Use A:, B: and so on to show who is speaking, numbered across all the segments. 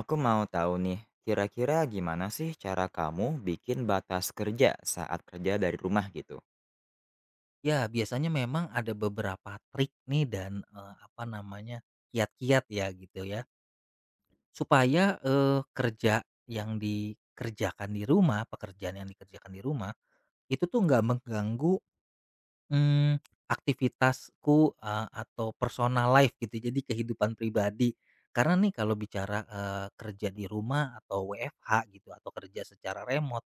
A: Aku mau tahu nih, kira-kira gimana sih cara kamu bikin batas kerja saat kerja dari rumah gitu?
B: Ya, biasanya memang ada beberapa trik nih dan, apa namanya, kiat-kiat ya gitu ya, supaya, kerja yang dikerjakan di rumah, pekerjaan yang dikerjakan di rumah, itu tuh nggak mengganggu, mmm, aktivitasku, atau personal life gitu, jadi kehidupan pribadi. Karena nih kalau bicara, kerja di rumah atau WFH gitu atau kerja secara remote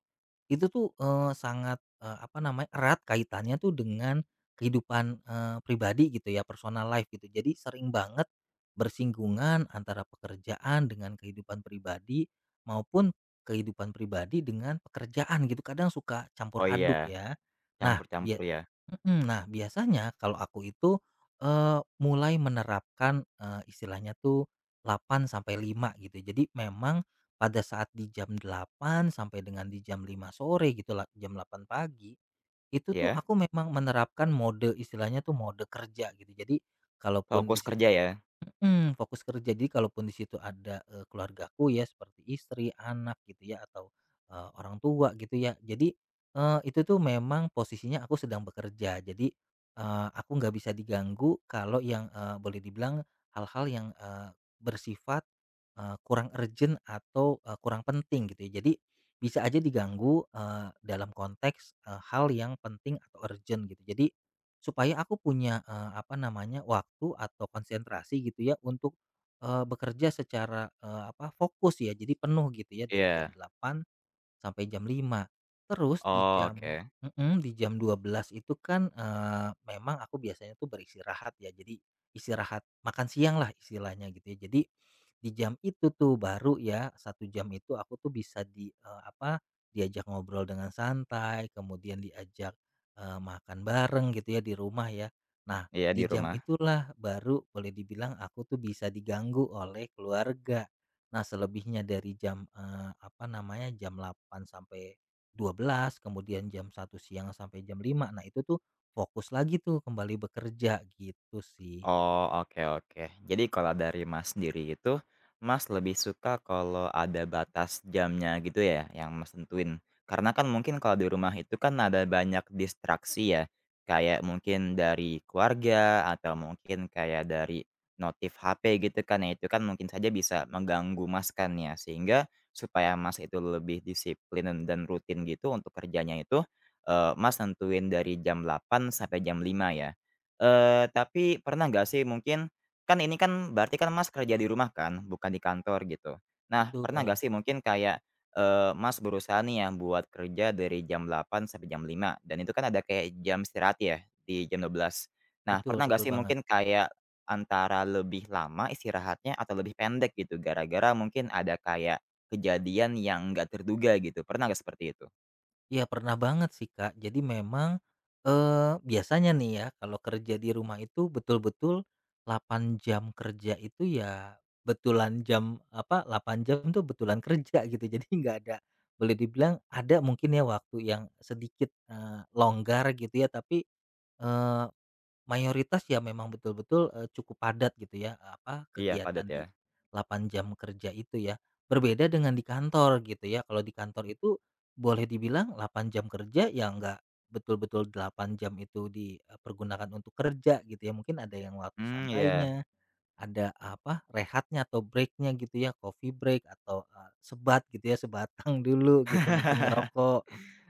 B: itu tuh, sangat, apa namanya, erat kaitannya tuh dengan kehidupan, pribadi gitu ya, personal life gitu. Jadi sering banget bersinggungan antara pekerjaan dengan kehidupan pribadi maupun kehidupan pribadi dengan pekerjaan gitu, kadang suka campur
A: Oh iya.
B: aduk ya. Nah, bia
A: Campur-campur ya?
B: mhm, nah, biasanya kalau aku itu, mulai menerapkan, istilahnya tuh 8 sampai 5 gitu. Jadi memang pada saat di jam delapan sampai dengan di jam lima sore gitu lah, jam delapan pagi, itu tuh
A: Ya.
B: aku memang menerapkan mode istilahnya tuh mode kerja gitu. Jadi kalaupun di
A: Fokus
B: si
A: kerja ya?
B: Mhm, fokus kerja. Jadi kalaupun di situ ada, keluargaku ya seperti istri, anak gitu ya atau, orang tua gitu ya. Jadi, itu tuh memang posisinya aku sedang bekerja. Jadi, aku nggak bisa diganggu kalau yang, boleh dibilang hal-hal yang, bersifat, kurang urgent atau, kurang penting gitu ya. Jadi bisa aja diganggu, dalam konteks, hal yang penting atau urgent gitu. Jadi supaya aku punya, apa namanya, waktu atau konsentrasi gitu ya untuk, bekerja secara, apa, fokus ya, jadi penuh gitu ya dari jam
A: Iya.
B: delapan sampai jam lima. Terus di
A: Oh,
B: jam
A: oke.
B: mhm, Di jam dua belas itu kan, memang aku biasanya tuh beristirahat ya, jadi istirahat makan siang lah istilahnya gitu ya. Jadi di jam itu tuh baru ya satu jam itu aku tuh bisa di, apa, diajak ngobrol dengan santai, kemudian diajak, makan bareng gitu ya di rumah ya. Nah,
A: Iya,
B: di
A: di
B: jam
A: rumah.
B: itulah baru boleh dibilang aku tuh bisa diganggu oleh keluarga. Nah, selebihnya dari jam, apa namanya, jam delapan sampai dua belas kemudian jam satu siang sampai jam lima. Nah, itu tuh fokus lagi tuh kembali bekerja, gitu sih.
A: Oh, oke oke. Jadi kalau dari Mas sendiri itu, Mas lebih suka kalau ada batas jamnya gitu ya, yang Mas tentuin? Karena kan mungkin kalau di rumah itu kan ada banyak distraksi ya, kayak mungkin dari keluarga atau mungkin kayak dari notif HP gitu kan ya, itu kan mungkin saja bisa mengganggu Mas kan ya. Sehingga supaya Mas itu lebih disiplin dan rutin gitu untuk kerjanya itu, Mas tentuin dari jam 8 sampai jam 5 ya? Tapi pernah nggak sih mungkin kan ini kan berarti kan Mas kerja di rumah kan, bukan di kantor gitu. Nah,
B: Betul,
A: pernah nggak sih mungkin kayak, Mas berusaha nih ya buat kerja dari jam 8 sampai jam 5 dan itu kan ada kayak jam istirahat ya di jam 12. Nah,
B: betul
A: pernah nggak
B: betul
A: sih
B: banget.
A: mungkin kayak antara lebih lama istirahatnya atau lebih pendek gitu gara-gara mungkin ada kayak kejadian yang nggak terduga gitu, pernah nggak seperti itu?
B: Iya, pernah banget sih, Kak. Jadi memang, biasanya nih ya kalau kerja di rumah itu betul-betul 8 jam kerja itu ya betulan jam apa, delapan jam tuh betulan kerja gitu. Jadi nggak ada boleh dibilang ada mungkin ya waktu yang sedikit, longgar gitu ya tapi, eee, mayoritas ya memang betul-betul, cukup padat gitu ya, apa,
A: Iya
B: kegiatan
A: padat ya?
B: di 8 jam kerja itu ya. Berbeda dengan di kantor gitu ya, kalau di kantor itu boleh dibilang 8 jam kerja ya nggak betul-betul 8 jam itu dipergunakan untuk kerja gitu ya, mungkin ada yang waktu
A: Mmm, iya.
B: santainya ada, apa, rehatnya atau breaknya gitu ya, coffee break atau, sebat gitu ya, sebatang dulu gitu mungkin ngerokok.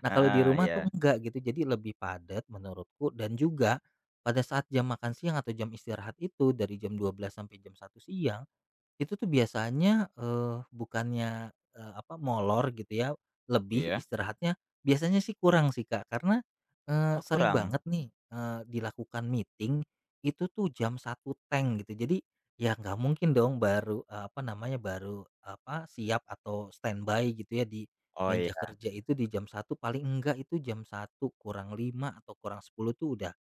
B: Nah kalau di
A: Heeh,
B: rumah tuh
A: iya.
B: enggak gitu, jadi lebih padat menurutku dan juga pada saat jam makan siang atau jam istirahat itu dari jam dua belas sampai jam satu siang itu tuh biasanya, bukannya, apa, molor gitu ya, lebih
A: Iya?
B: istirahatnya, biasanya sih kurang sih, Kak. Karena,
A: Oh
B: sering
A: kurang?
B: banget nih, dilakukan meeting, itu tuh jam satu teng gitu. Jadi, ya nggak mungkin dong baru, apa namanya, baru, apa, siap atau standby gitu ya di
A: Oh
B: meja
A: iya,
B: kerja itu di jam satu paling enggak itu jam satu kurang 5 atau kurang 10 tuh udah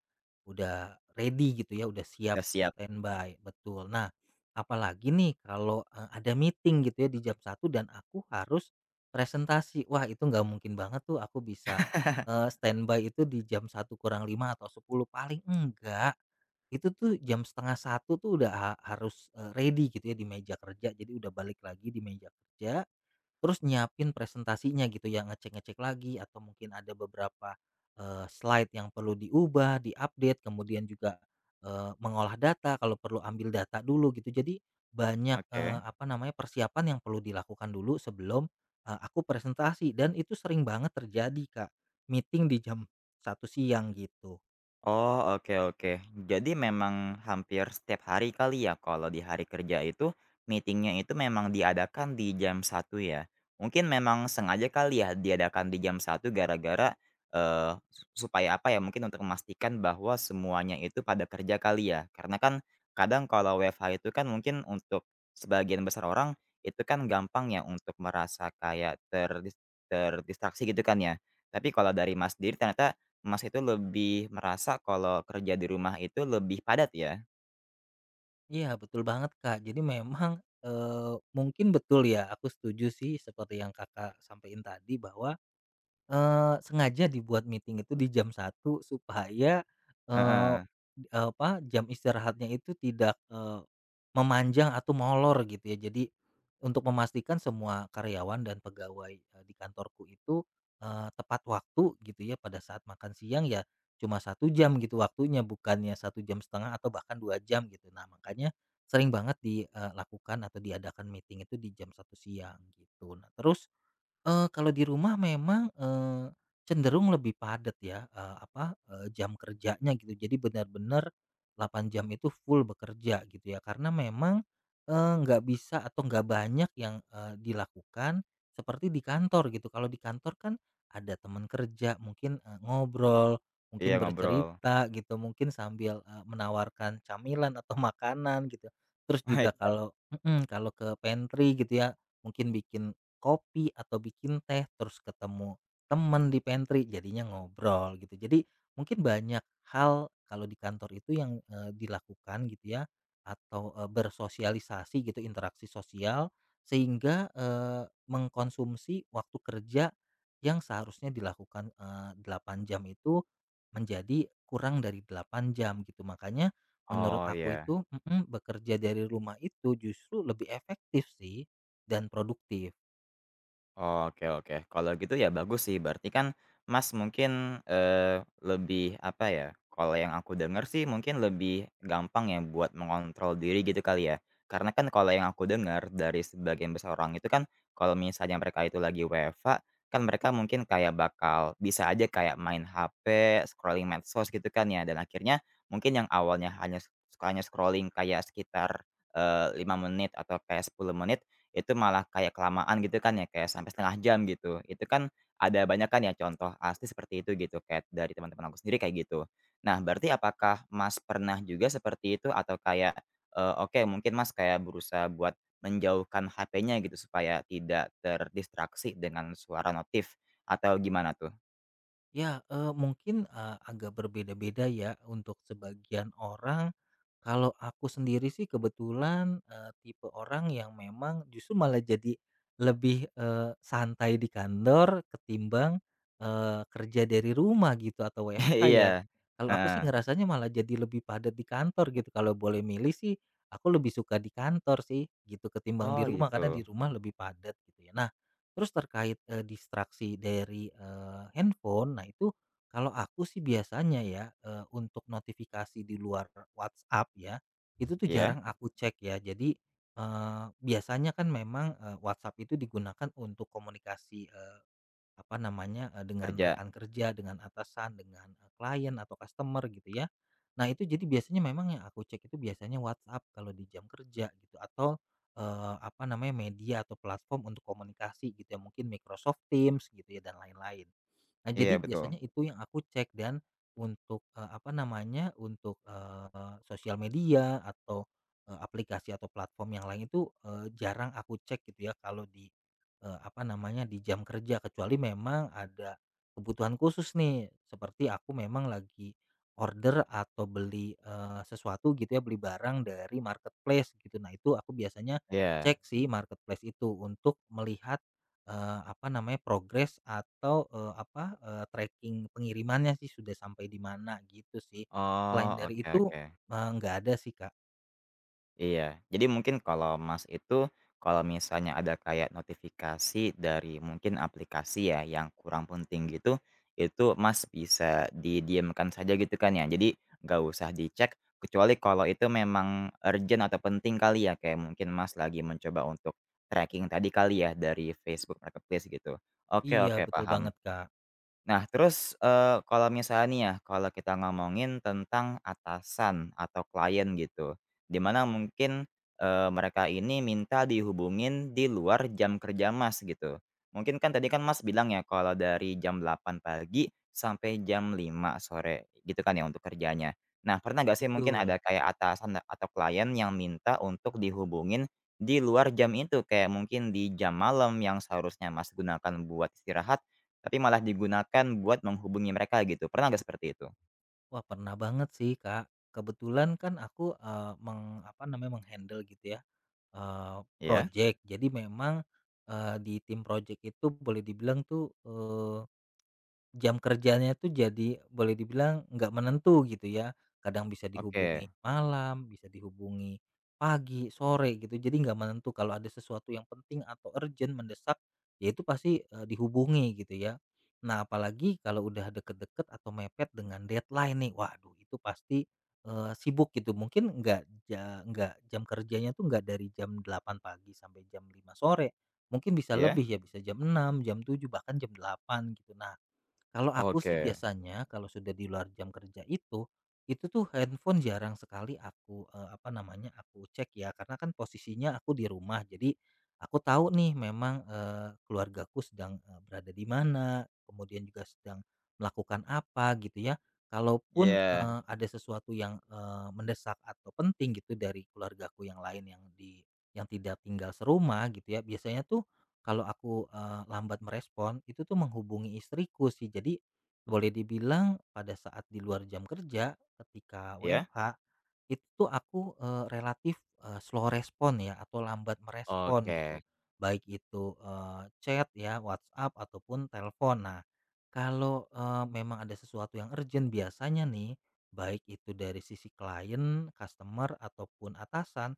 B: Udah ready gitu ya, udah siap
A: udah siap,
B: standby, betul. Nah, apalagi nih kalau, ada meeting gitu ya di jam satu dan aku harus presentasi. Wah, itu nggak mungkin banget tuh aku bisa, standby itu di jam satu kurang 5 atau 10 paling enggak itu tuh jam setengah satu tuh udah harus, ready gitu ya di meja kerja. Jadi udah balik lagi di meja kerja, terus nyiapin presentasinya gitu ya, ngecek-ngecek lagi atau mungkin ada beberapa, slide yang perlu diubah, diupdate, kemudian juga, mengolah data kalau perlu ambil data dulu gitu. Jadi banyak,
A: oke.
B: apa namanya, persiapan yang perlu dilakukan dulu sebelum, aku presentasi dan itu sering banget terjadi, Kak, meeting di jam satu siang gitu.
A: Oh, oke oke. Jadi memang hampir setiap hari kali ya kalau di hari kerja itu meetingnya itu memang diadakan di jam 1 ya? Mungkin memang sengaja kali ya diadakan di jam satu gara-gara, eee, su supaya apa ya, mungkin untuk memastikan bahwa semuanya itu pada kerja kali ya? Karena kan kadang kalau WFH itu kan mungkin untuk sebagian besar orang itu kan gampang ya untuk merasa kayak terdistraksi gitu kan ya? Tapi kalau dari Mas sendiri ternyata Mas itu lebih merasa kalau kerja di rumah itu lebih padat ya?
B: Iya, betul banget, Kak. Jadi memang, mungkin betul ya, aku setuju sih seperti yang Kakak sampaikan tadi bahwa, sengaja dibuat meeting itu di jam satu supaya, eee,
A: Heeh,
B: apa, jam istirahatnya itu tidak, memanjang atau molor gitu ya. Jadi untuk memastikan semua karyawan dan pegawai, di kantorku itu, tepat waktu gitu ya pada saat makan siang ya cuma satu jam gitu waktunya bukannya satu jam setengah atau bahkan 2 jam gitu. Nah makanya sering banget dilakukan atau diadakan meeting itu di jam satu siang gitu. Nah terus, kalau di rumah memang, cenderung lebih padat ya, apa, jam kerjanya gitu. Jadi benar-benar 8 jam itu full bekerja gitu ya, karena memang, nggak bisa atau nggak banyak yang, dilakukan seperti di kantor gitu. Kalau di kantor kan ada teman kerja, mungkin, ngobrol,
A: iya
B: mungkin
A: ngobrol.
B: bercerita gitu, mungkin sambil, menawarkan camilan atau makanan gitu. Terus juga kalau mhm, Kalau ke pantry gitu ya, mungkin bikin kopi atau bikin teh, terus ketemu temen di pantry jadinya ngobrol gitu. Jadi mungkin banyak hal kalau di kantor itu yang, dilakukan gitu ya atau, bersosialisasi gitu interaksi sosial sehingga, mengkonsumsi waktu kerja yang seharusnya dilakukan, 8 jam itu menjadi kurang dari 8 jam gitu. Makanya menurut
A: Oh
B: aku
A: iya.
B: itu mhm, Bekerja dari rumah itu justru lebih efektif sih dan produktif.
A: Oke oke, kalau gitu ya bagus sih berarti kan Mas mungkin, lebih apa ya, kalau yang aku dengar sih mungkin lebih gampang ya buat mengontrol diri gitu kali ya. Karena kan kalau yang aku dengar dari sebagian besar orang itu kan kalau misalnya mereka itu lagi WFH, kan mereka mungkin kayak bakal bisa aja kayak main HP, scrolling medsos gitu kan ya dan akhirnya mungkin yang awalnya hanya hanya scrolling kayak sekitar, 5 menit atau kayak 10 menit itu malah kayak kelamaan gitu kan ya, kayak sampai setengah jam gitu. Itu kan ada banyak kan ya contoh asli seperti itu gitu, kayak dari teman-teman aku sendiri kayak gitu. Nah, berarti apakah Mas pernah juga seperti itu atau kayak, oke mungkin Mas kayak berusaha buat menjauhkan HP-nya gitu supaya tidak terdistraksi dengan suara notif atau gimana tuh?
B: Ya, mungkin, agak berbeda-beda ya untuk sebagian orang. Kalau aku sendiri sih kebetulan, tipe orang yang memang justru malah jadi lebih, santai di kantor ketimbang, kerja dari rumah gitu atau WFH ya.
A: Iya,
B: Kalau aku sih
A: heeh.
B: ngerasanya malah jadi lebih padat di kantor gitu, kalau boleh milih sih aku lebih suka di kantor sih gitu ketimbang di
A: Oh
B: rumah, karena di
A: gitu.
B: rumah lebih padat gitu ya. Nah terus terkait, distraksi dari, handphone, nah itu kalau aku sih biasanya ya, untuk notifikasi di luar WhatsApp ya, itu tuh
A: Iya,
B: jarang aku cek ya. Jadi, biasanya kan memang, WhatsApp itu digunakan untuk komunikasi, apa namanya, dengan
A: kerja?
B: rekan kerja, dengan atasan, dengan, klien atau customer gitu ya. Nah itu jadi biasanya memang yang aku cek itu biasanya WhatsApp kalau di jam kerja gitu atau, apa namanya, media atau platform untuk komunikasi gitu ya, mungkin Microsoft Teams gitu ya dan lain-lain. Nah jadi
A: Iya betul.
B: biasanya itu yang aku cek dan untuk, apa namanya, untuk, sosial media atau, aplikasi atau platform yang lain itu, jarang aku cek gitu ya kalau di, apa namanya, di jam kerja kecuali memang ada kebutuhan khusus nih, seperti aku memang lagi order atau beli, sesuatu gitu ya, beli barang dari marketplace gitu. Nah itu aku biasanya
A: Iya.
B: cek sih marketplace itu untuk melihat, apa namanya, progres atau, apa, tracking pengirimannya sih sudah sampai di mana gitu sih. Selain
A: Oh,
B: dari
A: oke
B: itu,
A: oke.
B: nggak ada sih, Kak.
A: Iya. Jadi mungkin kalau Mas itu, kalau misalnya ada kayak notifikasi dari mungkin aplikasi ya yang kurang penting gitu, itu Mas bisa didiamkan saja gitu kan ya. Jadi nggak usah dicek, kecuali kalau itu memang urgent atau penting kali ya, kayak mungkin Mas lagi mencoba untuk tracking tadi kali ya dari Facebook Marketplace gitu. Oke
B: Iya
A: oke,
B: betul
A: paham.
B: banget, Kak,
A: Nah terus, kalau misalnya nih ya, kalau kita ngomongin tentang atasan atau klien gitu, di mana mungkin, mereka ini minta dihubungin di luar jam kerja Mas gitu. Mungkin kan tadi kan Mas bilang ya kalau dari jam 8 pagi sampai jam 5 sore gitu kan ya untuk kerjanya. Nah pernah nggak sih mungkin
B: betul.
A: ada kayak atasan atau klien yang minta untuk dihubungin di luar jam itu? Kayak mungkin di jam malam yang seharusnya Mas gunakan buat istirahat, tapi malah digunakan buat menghubungi mereka gitu, pernah nggak seperti itu?
B: Wah, pernah banget sih, Kak. Kebetulan kan aku, apa namanya, menghandle gitu ya, eee,
A: Iya,
B: projek. Jadi memang, di tim projek itu boleh dibilang tuh, jam kerjanya tuh jadi boleh dibilang nggak menentu gitu ya, kadang bisa
A: oke,
B: dihubungi malam, bisa dihubungi pagi, sore gitu, jadi nggak menentu kalau ada sesuatu yang penting atau urgent, mendesak, ya itu pasti, dihubungi gitu ya. Nah, apalagi kalau udah deket-deket atau mepet dengan deadline nih, waduh itu pasti, sibuk gitu, mungkin nggak jam kerjanya tuh nggak dari jam delapan pagi sampai jam lima sore, mungkin bisa
A: iya.
B: lebih ya, bisa jam enam jam tujuh bahkan jam delapan gitu. Nah kalau aku sih
A: Oke.
B: biasanya kalau sudah di luar jam kerja itu tuh handphone jarang sekali aku, apa namanya, aku cek ya karena kan posisinya aku di rumah jadi aku tahu nih memang, keluargaku sedang, berada di mana, kemudian juga sedang melakukan apa gitu ya. Kalaupun,
A: Iya,
B: ada sesuatu yang, mendesak atau penting gitu dari keluargaku yang lain yang di yang tidak tinggal serumah gitu ya, biasanya tuh kalau aku, lambat merespon, itu tuh menghubungi istriku sih. Jadi boleh dibilang pada saat di luar jam kerja, ketika
A: iya.
B: WFH itu tuh aku, relatif, slow respon ya atau lambat merespon gitu,
A: Oke.
B: baik itu, chat ya, WhatsApp ataupun telepon. Nah, kalau, memang ada sesuatu yang urgent biasanya nih, baik itu dari sisi klien, customer ataupun atasan,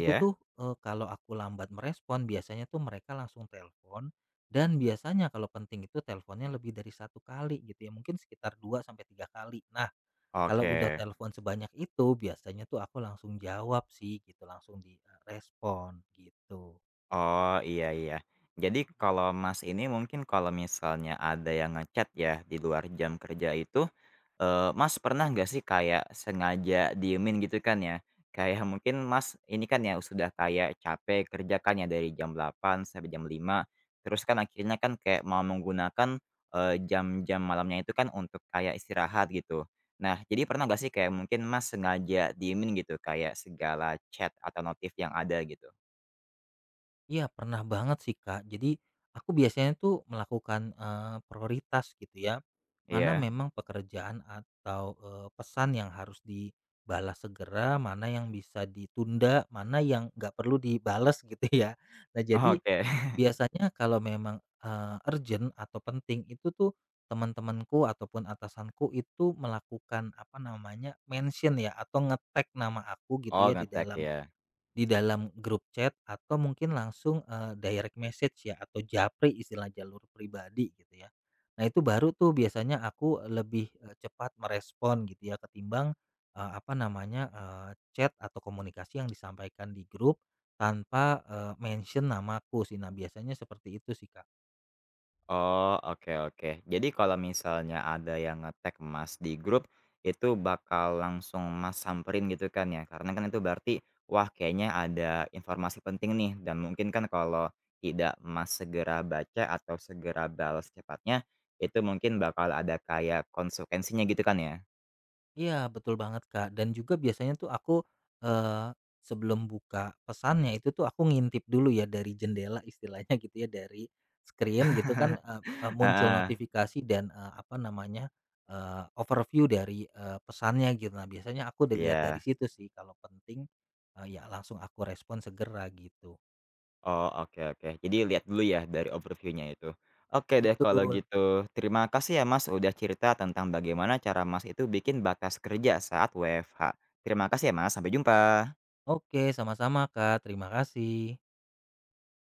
B: itu tuh, kalau aku lambat merespon biasanya tuh mereka langsung telepon dan biasanya kalau penting itu teleponnya lebih dari satu kali gitu ya, mungkin sekitar 2 sampai 3 kali. Nah kalau udah
A: Oke.
B: telepon sebanyak itu biasanya tuh aku langsung jawab sih gitu, langsung di, respon gitu.
A: Oh, iya iya. Jadi kalau Mas ini mungkin kalau misalnya ada yang ngechat ya di luar jam kerja itu Mas pernah nggak sih kayak sengaja diemin gitu kan ya, kayak mungkin Mas ini kan ya sudah kayak capek kerja kan ya dari jam 8 sampai jam 5 terus kan akhirnya kan kayak mau menggunakan, jam-jam malamnya itu kan untuk kayak istirahat gitu. Nah, jadi pernah nggak sih kayak mungkin Mas sengaja diemin gitu kayak segala chat atau notif yang ada gitu?
B: Iya, pernah banget sih, Kak. Jadi, aku biasanya tuh melakukan, prioritas gitu ya, mana
A: Iya.
B: memang pekerjaan atau, pesan yang harus dibalas segera, mana yang bisa ditunda, mana yang nggak perlu dibalas gitu ya. Nah, jadi
A: Oke.
B: biasanya kalau memang, urgent atau penting itu tuh teman-temanku ataupun atasanku itu melakukan, apa namanya, mention ya atau nama aku gitu
A: Oh
B: ya
A: ngetek ya.
B: di dalam grup chat atau mungkin langsung, direct message ya atau japri istilah jalur pribadi gitu ya. Nah itu baru tuh biasanya aku lebih, cepat merespon gitu ya ketimbang, apa namanya, chat atau komunikasi yang disampaikan di grup tanpa, mention namaku sih. Nah biasanya seperti itu sih, Kak.
A: Oh, oke oke. Jadi kalau misalnya ada yang nge-tag Mas di grup, itu bakal langsung Mas samperin gitu kan ya? Karena kan itu berarti, wah kayaknya ada informasi penting nih dan mungkin kan kalau tidak Mas segera baca atau segera balas cepatnya, itu mungkin bakal ada kayak konsekuensinya gitu kan ya?
B: Iya, betul banget, Kak, dan juga biasanya tuh aku, eee, sebelum buka pesannya itu tuh aku ngintip dulu ya dari jendela istilahnya gitu ya, dari screen gitu kan, eee eee, muncul
A: Heeh,
B: notifikasi dan, apa namanya, overview dari, pesannya gitu. Nah, biasanya aku lihat dari
A: iya.
B: situ sih kalau penting, ya langsung aku respon segera gitu.
A: Oh, oke oke. Jadi lihat dulu ya dari overview-nya itu. Oke deh kalau
B: Betul.
A: gitu. Terima kasih ya Mas udah cerita tentang bagaimana cara Mas itu bikin batas kerja saat WFH. Terima kasih ya Mas, sampai jumpa.
B: Oke, sama-sama, Kak, terima kasih.